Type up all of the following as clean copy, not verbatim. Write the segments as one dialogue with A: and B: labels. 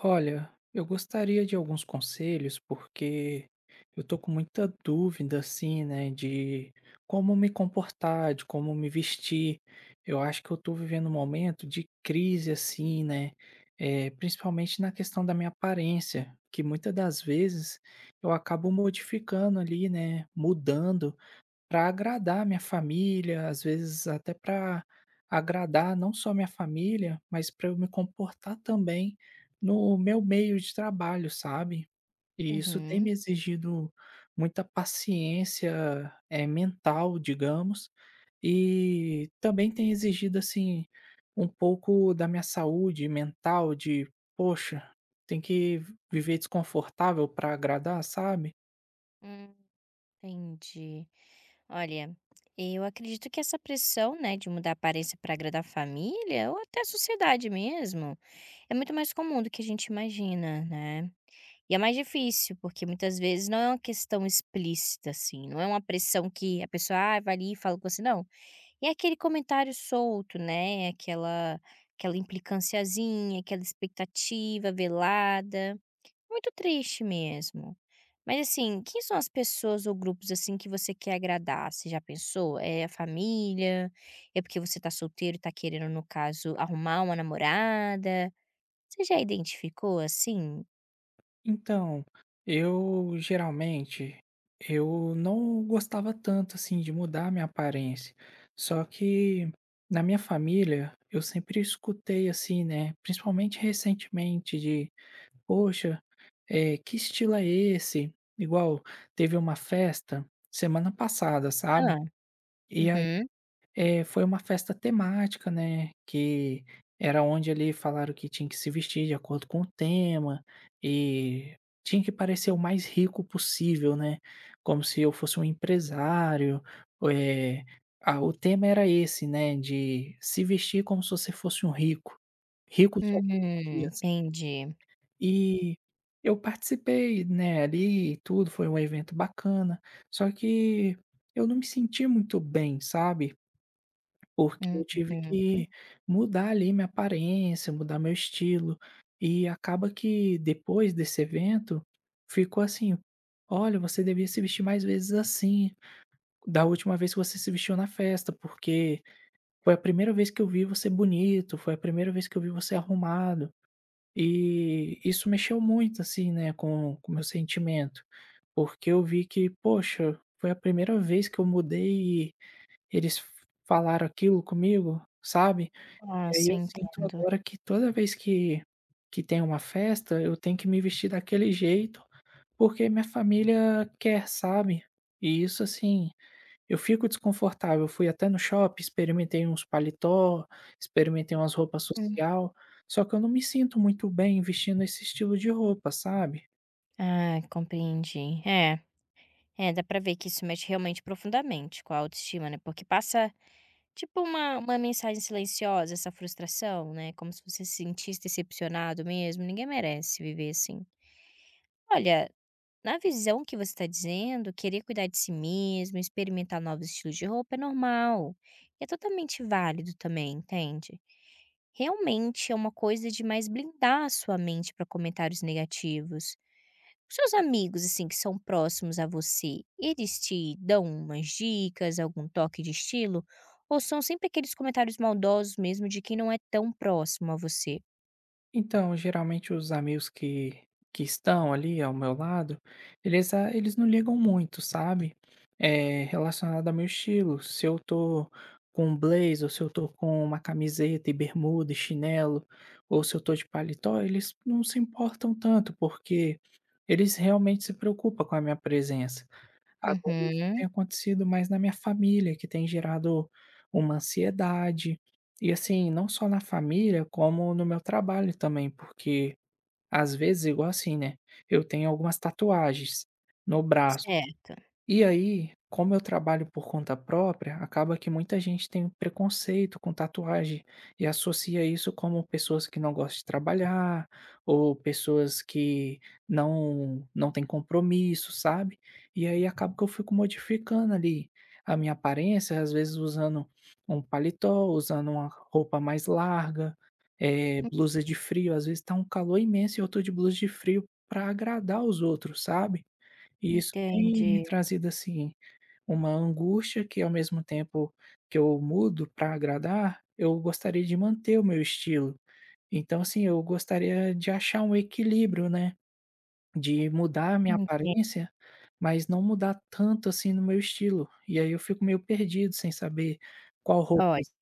A: Olha, eu gostaria de alguns conselhos, porque eu tô com muita dúvida, assim, né, de como me comportar, de como me vestir. Eu acho que eu tô vivendo um momento de crise, assim, né, principalmente na questão da minha aparência, que muitas das vezes eu acabo modificando ali, né, mudando para agradar minha família, às vezes até para agradar não só minha família, mas para eu me comportar também no meu meio de trabalho, sabe. E isso tem
B: Uhum.
A: me exigido muita paciência, é mental, digamos, e também tem exigido, assim, um pouco da minha saúde mental de: "Poxa, tem que viver desconfortável para agradar", sabe.
B: Hum, entendi. Olha, eu acredito que essa pressão, né, de mudar a aparência para agradar a família ou até a sociedade mesmo, é muito mais comum do que a gente imagina, né? E é mais difícil, porque muitas vezes não é uma questão explícita, assim, não é uma pressão que a pessoa vai ali e fala com você, não. E é aquele comentário solto, né? Aquela implicânciazinha, aquela expectativa velada. Muito triste mesmo. Mas assim, quem são as pessoas ou grupos assim que você quer agradar? Você já pensou? É a família? É porque você tá solteiro e tá querendo, no caso, arrumar uma namorada? Você já identificou assim?
A: Então, eu geralmente eu não gostava tanto assim de mudar a minha aparência. Só que na minha família eu sempre escutei assim, né? Principalmente recentemente de, poxa, que estilo é esse? Igual teve uma festa semana passada, sabe?
B: ah
A: E aí
B: Uhum.
A: foi uma festa temática, né, que era onde ali falaram que tinha que se vestir de acordo com o tema e tinha que parecer o mais rico possível, né, como se eu fosse um empresário, eh, o tema era esse, né, de se vestir como se você fosse um rico, rico só por um
B: Uhum,
A: dia, sabe.
B: entendi.
A: E eu participei, né, ali e tudo, foi um evento bacana, só que eu não me senti muito bem, sabe. Porque eu tive
B: Uhum.
A: que mudar ali minha aparência, mudar meu estilo, e acaba que depois desse evento, ficou assim: "Olha, você devia se vestir mais vezes assim, da última vez que você se vestiu na festa, porque foi a primeira vez que eu vi você bonito, foi a primeira vez que eu vi você arrumado". E isso mexeu muito, assim, né, com o meu sentimento, porque eu vi que: "Poxa, foi a primeira vez que eu mudei e eles falaram aquilo comigo", sabe? E aí
B: Nossa, eu
A: eu sinto
B: entendo.
A: agora que toda vez que tem uma festa, eu tenho que me vestir daquele jeito, porque minha família quer, sabe. E isso, assim, eu fico desconfortável. Eu Fui até no shopping, experimentei uns paletó, experimentei umas roupas
B: Hum.
A: social, só que eu não me sinto muito bem vestindo esse estilo de roupa, sabe.
B: Ah, compreendi. Dá pra ver que isso mexe realmente profundamente com a autoestima, né, porque passa tipo uma mensagem silenciosa, essa frustração, né, como se você se sentisse decepcionado mesmo, ninguém merece viver assim. Olha, na visão que você está dizendo, querer cuidar de si mesmo, experimentar novos estilos de roupa é normal, é totalmente válido também, entende. Realmente é uma coisa de mais blindar a sua mente para comentários negativos. Os seus amigos, assim, que são próximos a você, eles te dão umas dicas, algum toque de estilo? Ou são sempre aqueles comentários maldosos mesmo de quem não é tão próximo a você?
A: Então, geralmente os amigos que estão ali ao meu lado, eles não ligam muito, sabe, relacionado ao meu estilo. Se eu tô com um blazer ou se eu tô com uma camiseta e bermuda e chinelo, ou se eu tô de paletó, eles não se importam tanto, porque eles realmente se preocupam com a minha presença. Agora isso
B: Uhum,
A: tem acontecido mais na minha família, que tem gerado uma ansiedade. E assim, não só na família, como no meu trabalho também, porque às vezes, igual assim, né? Eu tenho algumas tatuagens no braço.
B: certo.
A: E aí, como eu trabalho por conta própria, acaba que muita gente tem um preconceito com tatuagem e associa isso como pessoas que não gostam de trabalhar ou pessoas que não têm compromisso, sabe? E aí acaba que eu fico modificando ali a minha aparência, às vezes usando um paletó, usando uma roupa mais larga,
B: Hum,
A: blusa de frio, às vezes tá um calor imenso e eu tô de blusa de frio para agradar os outros, sabe? E isso tem me
B: entendi.
A: trazido, assim, uma angústia que, ao mesmo tempo que eu mudo para agradar, eu gostaria de manter o meu estilo. Então, assim, eu gostaria de achar um equilíbrio, né, de mudar a minha
B: enten
A: aparência, mas não mudar tanto, assim, no meu estilo. E aí eu fico meio perdido sem saber qual roupa
B: olha,
A: usar,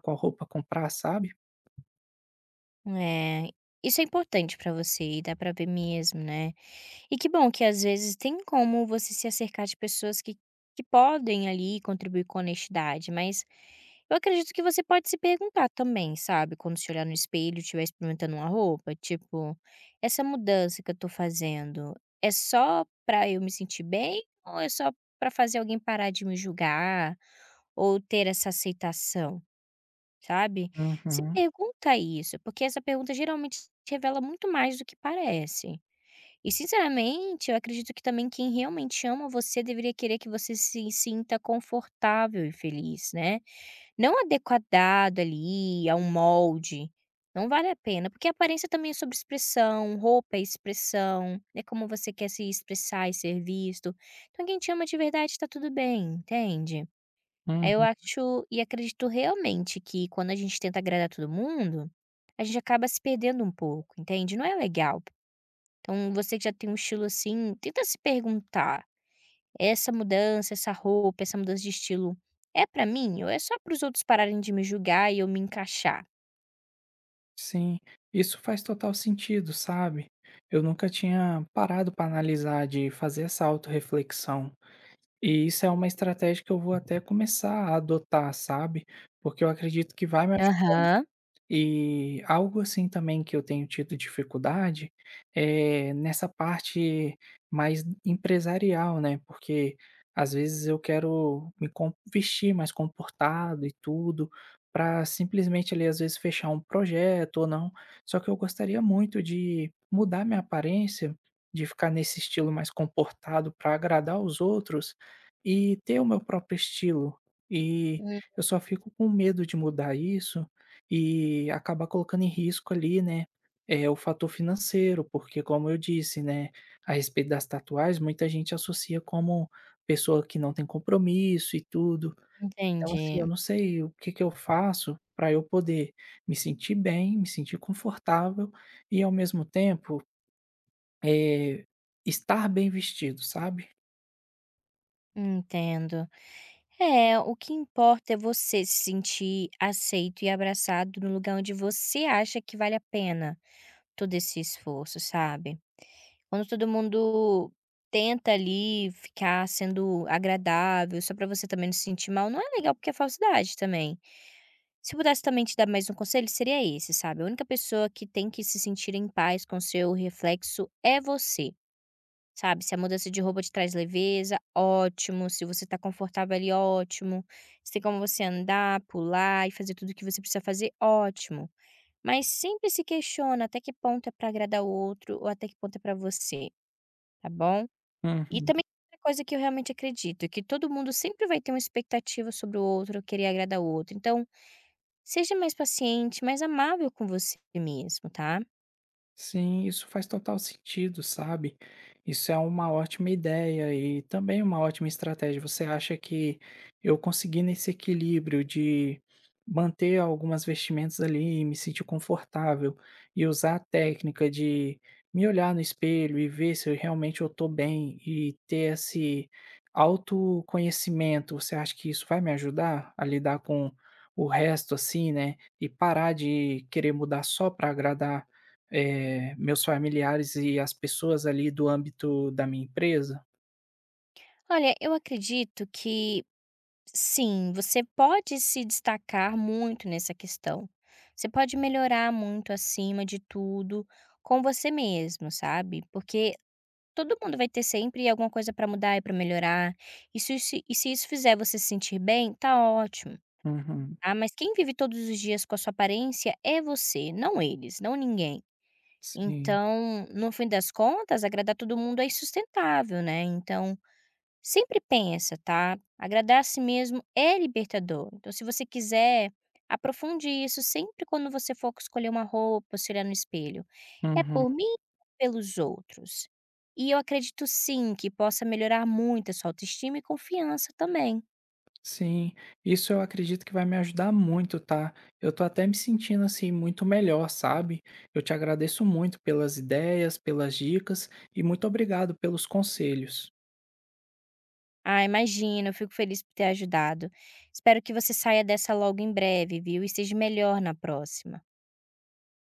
A: qual roupa comprar, sabe?
B: eh, isso é importante pra você e dá pra ver mesmo, né. E que bom que às vezes tem como você se acercar de pessoas que podem ali contribuir com honestidade, mas eu acredito que você pode se perguntar também, sabe, quando se olhar no espelho e estiver experimentando uma roupa, tipo, essa mudança que eu tô fazendo é só pra eu me sentir bem ou é só pra fazer alguém parar de me julgar ou ter essa aceitação, sabe? Se
A: Uhum.
B: pergunta isso, porque essa pergunta geralmente revela muito mais do que parece. E sinceramente, eu acredito que também quem realmente ama você deveria querer que você se sinta confortável e feliz, né. Não adequado ali a um molde, não vale a pena, porque a aparência também é sobre expressão, roupa é expressão, é como você quer se expressar e ser visto. Então quem te ama de verdade está tudo bem, entende. Aí eu
A: Uhum.
B: acho e acredito realmente que quando a gente tenta agradar todo mundo, a gente acaba se perdendo um pouco, entende. Não é legal. Então, você que já tem um estilo assim, tenta se perguntar: essa mudança, essa roupa, essa mudança de estilo é pra mim ou é só para os outros pararem de me julgar e eu me encaixar?
A: Sim, isso faz total sentido, sabe? Eu nunca tinha parado para analisar de fazer essa autorreflexão. E isso é uma estratégia que eu vou até começar a adotar, sabe? Porque eu acredito que vai me
B: Aham.
A: e algo assim também que eu tenho tido dificuldade é nessa parte mais empresarial, né? Porque às vezes eu quero me com- vestir mais comportado e tudo, para simplesmente ali às vezes fechar um projeto ou não. Só que eu gostaria muito de mudar minha aparência, de ficar nesse estilo mais comportado para agradar os outros e ter o meu próprio estilo. E
B: Hum,
A: eu só fico com medo de mudar isso e acabar colocando em risco ali, né, o fator financeiro, porque como eu disse, né, a respeito das tatuagens, muita gente associa como pessoa que não tem compromisso e tudo. Então, assim, eu
B: entendi,
A: não sei o que que eu faço para eu poder me sentir bem, me sentir confortável e ao mesmo tempo, eh, estar bem vestido, sabe?
B: entendo. É, o que importa é você se sentir aceito e abraçado no lugar onde você acha que vale a pena todo esse esforço, sabe? Quando todo mundo tenta ali ficar sendo agradável, só pra você também não se sentir mal, não é legal porque é falsidade também. Se eu pudesse também te dar mais um conselho, seria esse, sabe? A única pessoa que tem que se sentir em paz com seu reflexo é você, sabe? Se a mudança de roupa te traz leveza, ótimo. Se você tá confortável ali, ótimo. Se tem como você andar, pular e fazer tudo o que você precisa fazer, ótimo. Mas sempre se questiona até que ponto é pra agradar o outro ou até que ponto é pra você, tá bom? E
A: Uhum.
B: também outra coisa que eu realmente acredito, que todo mundo sempre vai ter uma expectativa sobre o outro, querer agradar o outro. Então, seja mais paciente, mais amável com você mesmo, tá?
A: Sim, isso faz total sentido, sabe? Isso é uma ótima ideia e também uma ótima estratégia. Você acha que eu consegui nesse equilíbrio de manter algumas vestimentas ali e me sentir confortável e usar a técnica de me olhar no espelho e ver se eu realmente eu tô bem e ter esse autoconhecimento, você acha que isso vai me ajudar a lidar com o resto assim, né? E parar de querer mudar só para agradar meus familiares e as pessoas ali do âmbito da minha empresa.
B: Olha, eu acredito que sim, você pode se destacar muito nessa questão. Você pode melhorar muito acima de tudo com você mesmo, sabe? Porque todo mundo vai ter sempre alguma coisa para mudar e para melhorar. E se isso fizer você se sentir bem, tá ótimo.
A: Uhum,
B: Ah, mas quem vive todos os dias com a sua aparência é você, não eles, não ninguém.
A: sim.
B: Então, no fim das contas, agradar todo mundo é insustentável, né. Então, sempre pensa, tá, agradar a si mesmo é libertador. Então, se você quiser, aprofunde isso sempre quando você for escolher uma roupa, se olhar no espelho. É por
A: Uhum,
B: mim ou pelos outros? E eu acredito sim que possa melhorar muito a sua autoestima e confiança também.
A: sim. Isso eu acredito que vai me ajudar muito, tá? Eu tô até me sentindo assim muito melhor, sabe? Eu te agradeço muito pelas ideias, pelas dicas e muito obrigado pelos conselhos.
B: Ah, imagina, eu fico feliz por ter ajudado. Espero que você saia dessa logo em breve, viu? E esteja melhor na próxima.